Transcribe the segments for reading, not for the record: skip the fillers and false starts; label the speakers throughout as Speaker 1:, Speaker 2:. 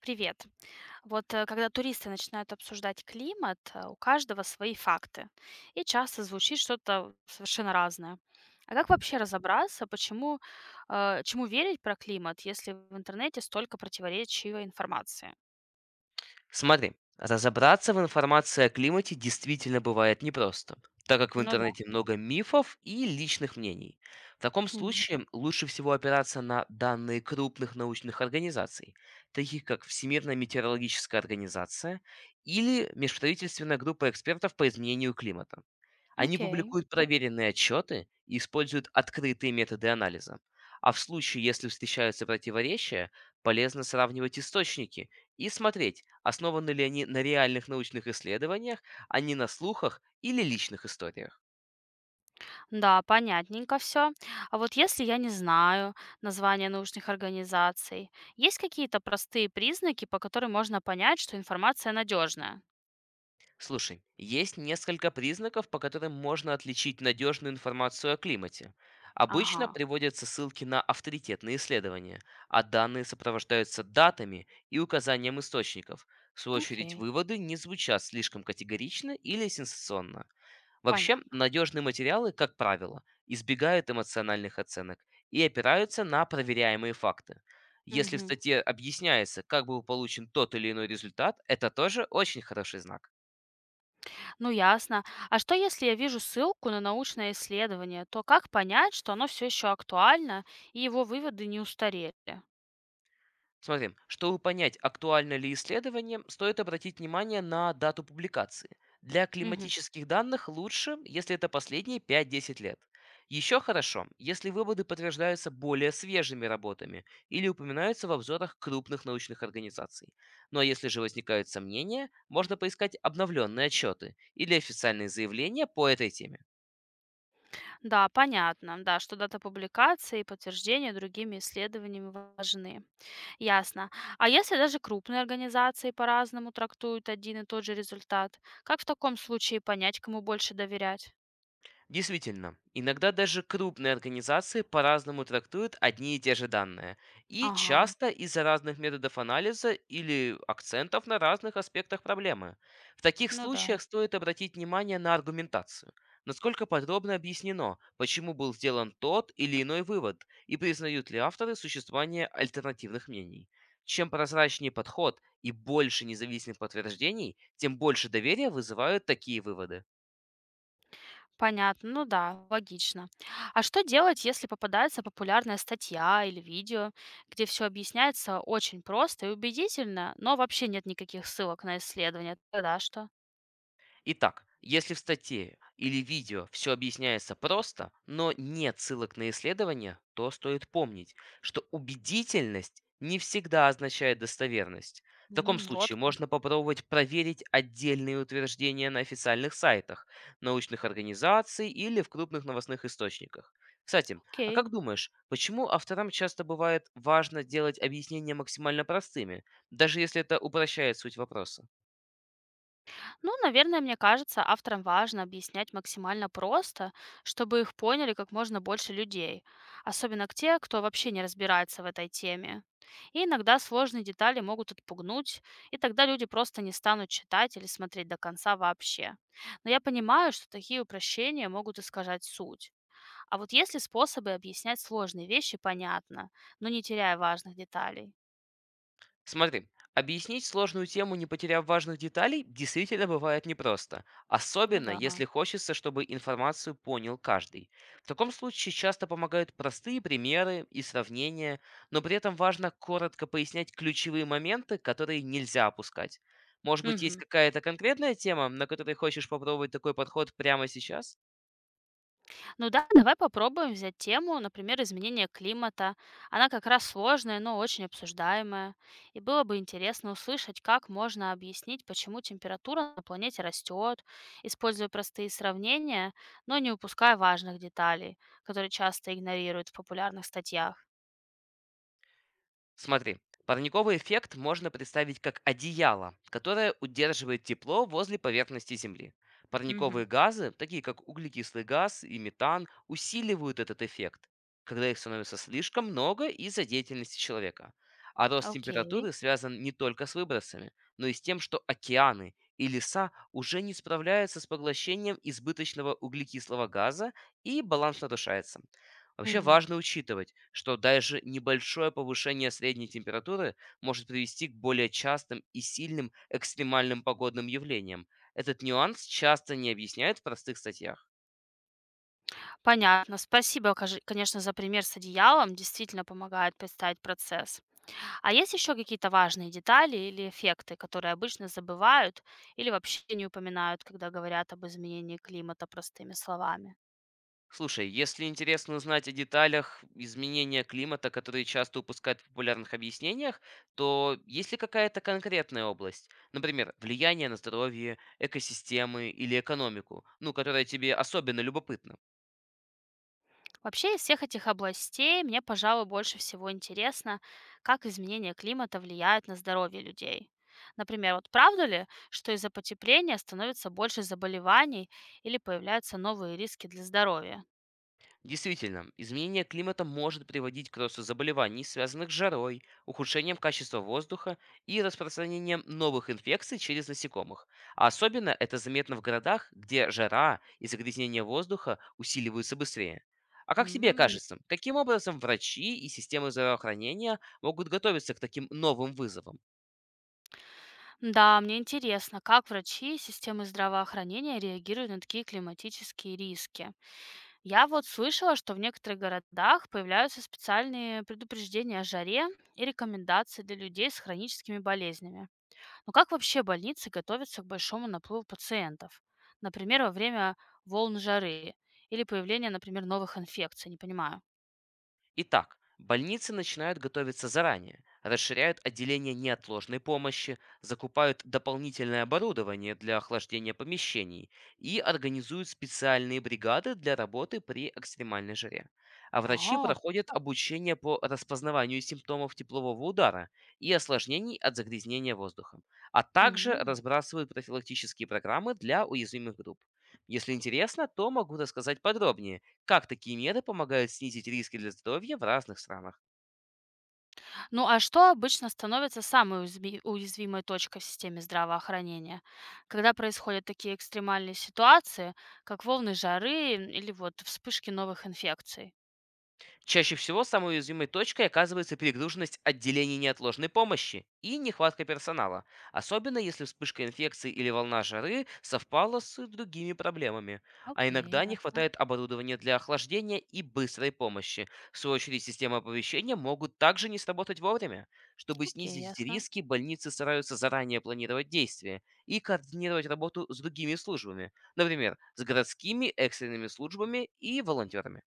Speaker 1: Привет. Вот когда туристы начинают обсуждать климат, у каждого свои факты. И часто звучит что-то совершенно разное. А как вообще разобраться, чему верить про климат, если в интернете столько противоречивой информации?
Speaker 2: Смотри, разобраться в информации о климате действительно бывает непросто, так как в
Speaker 1: Ну да.
Speaker 2: интернете много мифов и личных мнений. В таком
Speaker 1: Мгм.
Speaker 2: случае лучше всего опираться на данные крупных научных организаций, таких как Всемирная метеорологическая организация или Межправительственная группа экспертов по изменению климата. Они
Speaker 1: Окей.
Speaker 2: публикуют проверенные отчеты и используют открытые методы анализа. А в случае, если встречаются противоречия, полезно сравнивать источники и смотреть, основаны ли они на реальных научных исследованиях, а не на слухах или личных историях.
Speaker 1: Да, понятненько все. А вот если я не знаю названия научных организаций, есть какие-то простые признаки, по которым можно понять, что информация надежная?
Speaker 2: Слушай, есть несколько признаков, по которым можно отличить надежную информацию о климате.
Speaker 1: Ага,
Speaker 2: Обычно приводятся ссылки на авторитетные исследования, а данные сопровождаются датами и указанием источников. В свою очередь,
Speaker 1: окей,
Speaker 2: выводы не звучат слишком категорично или сенсационно. Вообще,
Speaker 1: понятно.
Speaker 2: надежные материалы, как правило, избегают эмоциональных оценок и опираются на проверяемые факты. Если в
Speaker 1: Мгм.
Speaker 2: статье объясняется, как был получен тот или иной результат, это тоже очень хороший знак.
Speaker 1: Ну, ясно. А что, если я вижу ссылку на научное исследование, то как понять, что оно все еще актуально и его выводы не устарели?
Speaker 2: Смотри, чтобы понять, актуально ли исследование, стоит обратить внимание на дату публикации. Для
Speaker 1: Мгм.
Speaker 2: климатических данных лучше, если это последние 5–10 лет. Еще хорошо, если выводы подтверждаются более свежими работами или упоминаются в обзорах крупных научных организаций. Ну а если же возникают сомнения, можно поискать обновленные отчеты или официальные заявления по этой теме.
Speaker 1: Да, понятно, да, что дата публикации и подтверждение другими исследованиями важны. Ясно. А если даже крупные организации по-разному трактуют один и тот же результат, как в таком случае понять, кому больше доверять?
Speaker 2: Действительно, иногда даже крупные организации по-разному трактуют одни и те же данные, и
Speaker 1: Ага,
Speaker 2: часто из-за разных методов анализа или акцентов на разных аспектах проблемы. В таких
Speaker 1: ну да.
Speaker 2: случаях стоит обратить внимание на аргументацию, насколько подробно объяснено, почему был сделан тот или иной вывод, и признают ли авторы существование альтернативных мнений. Чем прозрачнее подход и больше независимых подтверждений, тем больше доверия вызывают такие выводы.
Speaker 1: Понятно, ну да, логично. А что делать, если попадается популярная статья или видео, где все объясняется очень просто и убедительно, но вообще нет никаких ссылок на исследования? Тогда что?
Speaker 2: Итак, если в статье или видео все объясняется просто, но нет ссылок на исследования, то стоит помнить, что убедительность не всегда означает достоверность. В таком случае
Speaker 1: Вот как.
Speaker 2: можно попробовать проверить отдельные утверждения на официальных сайтах, научных организаций или в крупных новостных источниках. Кстати, а
Speaker 1: Окей.
Speaker 2: как думаешь, почему авторам часто бывает важно делать объяснения максимально простыми, даже если это упрощает суть вопроса?
Speaker 1: Ну, наверное, мне кажется, авторам важно объяснять максимально просто, чтобы их поняли как можно больше людей, особенно к те, кто вообще не разбирается в этой теме. И иногда сложные детали могут отпугнуть, и тогда люди просто не станут читать или смотреть до конца вообще. Но я понимаю, что такие упрощения могут искажать суть. А вот есть ли способы объяснять сложные вещи понятно, но не теряя важных деталей?
Speaker 2: Смотри, объяснить сложную тему, не потеряв важных деталей, действительно бывает непросто,
Speaker 1: Ну
Speaker 2: особенно
Speaker 1: да.
Speaker 2: если хочется, чтобы информацию понял каждый. В таком случае часто помогают простые примеры и сравнения, но при этом важно коротко пояснять ключевые моменты, которые нельзя опускать. Может быть, есть
Speaker 1: Мгм.
Speaker 2: какая-то конкретная тема, на которой хочешь попробовать такой подход прямо сейчас?
Speaker 1: Ну да, давай попробуем взять тему, например, изменение климата. Она как раз сложная, но очень обсуждаемая. И было бы интересно услышать, как можно объяснить, почему температура на планете растет, используя простые сравнения, но не упуская важных деталей, которые часто игнорируют в популярных статьях.
Speaker 2: Смотри, парниковый эффект можно представить как одеяло, которое удерживает тепло возле поверхности Земли.
Speaker 1: Мгм.
Speaker 2: Парниковые газы, такие как углекислый газ и метан, усиливают этот эффект, когда их становится слишком много из-за деятельности человека. А рост
Speaker 1: Окей.
Speaker 2: температуры связан не только с выбросами, но и с тем, что океаны и леса уже не справляются с поглощением избыточного углекислого газа и баланс нарушается. Вообще
Speaker 1: Мгм.
Speaker 2: важно учитывать, что даже небольшое повышение средней температуры может привести к более частым и сильным экстремальным погодным явлениям. Этот нюанс часто не объясняют в простых статьях.
Speaker 1: Понятно. Спасибо, конечно, за пример с одеялом. Действительно помогает представить процесс. А есть еще какие-то важные детали или эффекты, которые обычно забывают или вообще не упоминают, когда говорят об изменении климата простыми словами?
Speaker 2: Слушай, если интересно узнать о деталях изменения климата, которые часто упускают в популярных объяснениях, то есть ли какая-то конкретная область, например, влияние на здоровье, экосистемы или экономику, ну, которая тебе особенно любопытна?
Speaker 1: Вообще из всех этих областей мне, пожалуй, больше всего интересно, как изменение климата влияет на здоровье людей. Например, вот правда ли, что из-за потепления становится больше заболеваний или появляются новые риски для здоровья?
Speaker 2: Действительно, изменение климата может приводить к росту заболеваний, связанных с жарой, ухудшением качества воздуха и распространением новых инфекций через насекомых. А особенно это заметно в городах, где жара и загрязнение воздуха усиливаются быстрее. А как тебе
Speaker 1: М,
Speaker 2: кажется, каким образом врачи и системы здравоохранения могут готовиться к таким новым вызовам?
Speaker 1: Да, мне интересно, как врачи и системы здравоохранения реагируют на такие климатические риски. Я вот слышала, что в некоторых городах появляются специальные предупреждения о жаре и рекомендации для людей с хроническими болезнями. Но как вообще больницы готовятся к большому наплыву пациентов? Например, во время волн жары или появления, например, новых инфекций, не понимаю.
Speaker 2: Итак, больницы начинают готовиться заранее, расширяют отделение неотложной помощи, закупают дополнительное оборудование для охлаждения помещений и организуют специальные бригады для работы при экстремальной жаре. А врачи
Speaker 1: О.
Speaker 2: проходят обучение по распознаванию симптомов теплового удара и осложнений от загрязнения воздухом, а также
Speaker 1: Мгм.
Speaker 2: разбрасывают профилактические программы для уязвимых групп. Если интересно, то могу рассказать подробнее, как такие меры помогают снизить риски для здоровья в разных странах?
Speaker 1: Ну а что обычно становится самой уязвимой точкой в системе здравоохранения, когда происходят такие экстремальные ситуации, как волны жары или вот вспышки новых инфекций?
Speaker 2: Чаще всего самой уязвимой точкой оказывается перегруженность отделений неотложной помощи и нехватка персонала, особенно если вспышка инфекции или волна жары совпала с другими проблемами. А
Speaker 1: Окей,
Speaker 2: иногда не
Speaker 1: ясно.
Speaker 2: хватает оборудования для охлаждения и быстрой помощи. В свою очередь, системы оповещения могут также не сработать вовремя. Чтобы
Speaker 1: Окей,
Speaker 2: снизить эти
Speaker 1: ясно.
Speaker 2: риски, больницы стараются заранее планировать действия и координировать работу с другими службами, например, с городскими экстренными службами и волонтерами.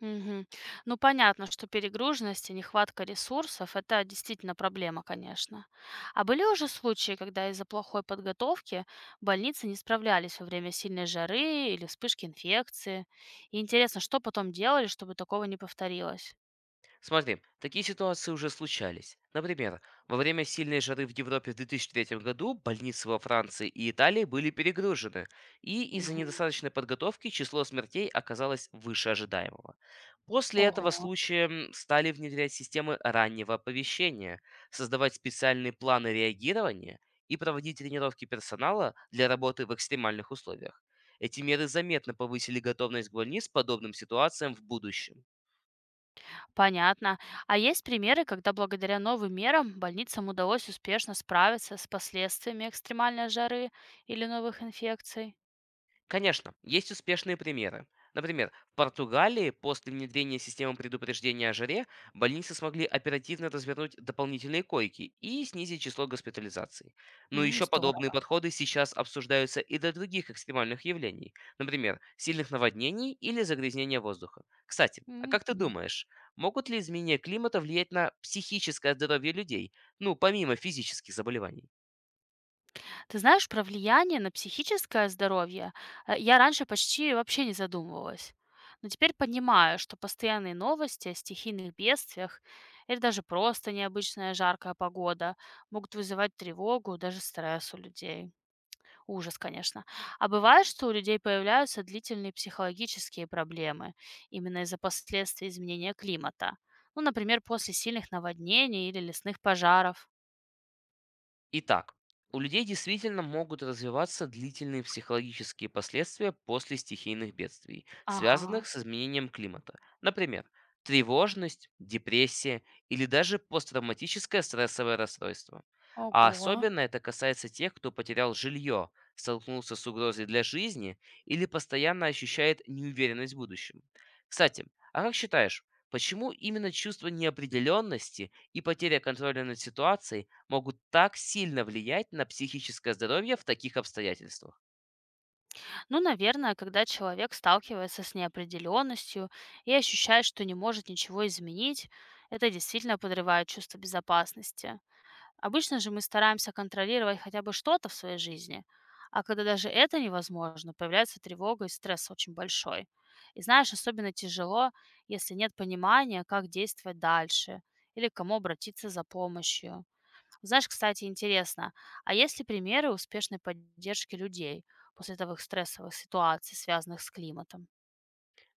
Speaker 1: Мгм. Ну, понятно, что перегруженность и нехватка ресурсов– это действительно проблема, конечно. А были уже случаи, когда из-за плохой подготовки больницы не справлялись во время сильной жары или вспышки инфекции? И интересно, что потом делали, чтобы такого не повторилось?
Speaker 2: Смотри, такие ситуации уже случались. Например, во время сильной жары в Европе в 2003 году больницы во Франции и Италии были перегружены, и из-за
Speaker 1: Мгм.
Speaker 2: недостаточной подготовки число смертей оказалось выше ожидаемого. После этого
Speaker 1: Ого,
Speaker 2: случая стали внедрять системы раннего оповещения, создавать специальные планы реагирования и проводить тренировки персонала для работы в экстремальных условиях. Эти меры заметно повысили готовность больниц к подобным ситуациям в будущем.
Speaker 1: понятно. А есть примеры, когда благодаря новым мерам больницам удалось успешно справиться с последствиями экстремальной жары или новых инфекций?
Speaker 2: Конечно, есть успешные примеры. Например, в Португалии после внедрения системы предупреждения о жаре больницы смогли оперативно развернуть дополнительные койки и снизить число госпитализаций. Но еще подобные
Speaker 1: Здорово.
Speaker 2: подходы сейчас обсуждаются и для других экстремальных явлений, например, сильных наводнений или загрязнения воздуха. Кстати, а как ты
Speaker 1: Мгм.
Speaker 2: думаешь, могут ли изменения климата влиять на психическое здоровье людей, ну, помимо физических заболеваний?
Speaker 1: Ты знаешь, про влияние на психическое здоровье, я раньше почти вообще не задумывалась. Но теперь понимаю, что постоянные новости о стихийных бедствиях или даже просто необычная жаркая погода могут вызывать тревогу, даже стресс у людей. Ужас, конечно. А бывает, что у людей появляются длительные психологические проблемы именно из-за последствий изменения климата. Ну, например, после сильных наводнений или лесных пожаров.
Speaker 2: Итак, у людей действительно могут развиваться длительные психологические последствия после стихийных бедствий, связанных
Speaker 1: Ага.
Speaker 2: с изменением климата. Например, тревожность, депрессия или даже посттравматическое стрессовое расстройство. А
Speaker 1: Ого.
Speaker 2: особенно это касается тех, кто потерял жилье, столкнулся с угрозой для жизни или постоянно ощущает неуверенность в будущем. Кстати, а как считаешь, почему именно чувство неопределенности и потеря контроля над ситуацией могут так сильно влиять на психическое здоровье в таких обстоятельствах?
Speaker 1: Ну, наверное, когда человек сталкивается с неопределенностью и ощущает, что не может ничего изменить, это действительно подрывает чувство безопасности. Обычно же мы стараемся контролировать хотя бы что-то в своей жизни, а когда даже это невозможно, появляется тревога и стресс очень большой. И знаешь, особенно тяжело, если нет понимания, как действовать дальше или к кому обратиться за помощью. Знаешь, кстати, интересно, а есть ли примеры успешной поддержки людей после таких стрессовых ситуаций, связанных с климатом?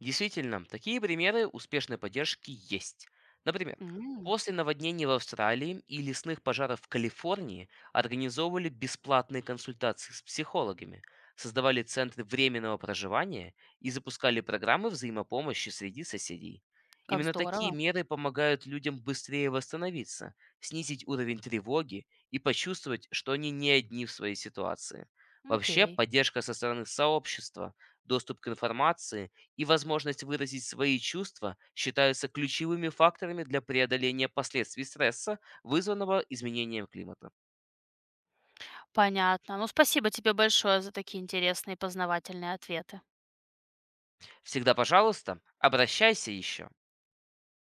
Speaker 2: Действительно, такие примеры успешной поддержки есть. Например,
Speaker 1: М,
Speaker 2: после наводнений в Австралии и лесных пожаров в Калифорнии организовывали бесплатные консультации с психологами, создавали центры временного проживания и запускали программы взаимопомощи среди соседей.
Speaker 1: Как
Speaker 2: Именно такие
Speaker 1: здорово.
Speaker 2: меры помогают людям быстрее восстановиться, снизить уровень тревоги и почувствовать, что они не одни в своей ситуации. Вообще,
Speaker 1: Окей.
Speaker 2: поддержка со стороны сообщества, доступ к информации и возможность выразить свои чувства считаются ключевыми факторами для преодоления последствий стресса, вызванного изменением климата.
Speaker 1: Понятно. Ну, спасибо тебе большое за такие интересные и познавательные ответы.
Speaker 2: Всегда, пожалуйста, обращайся еще.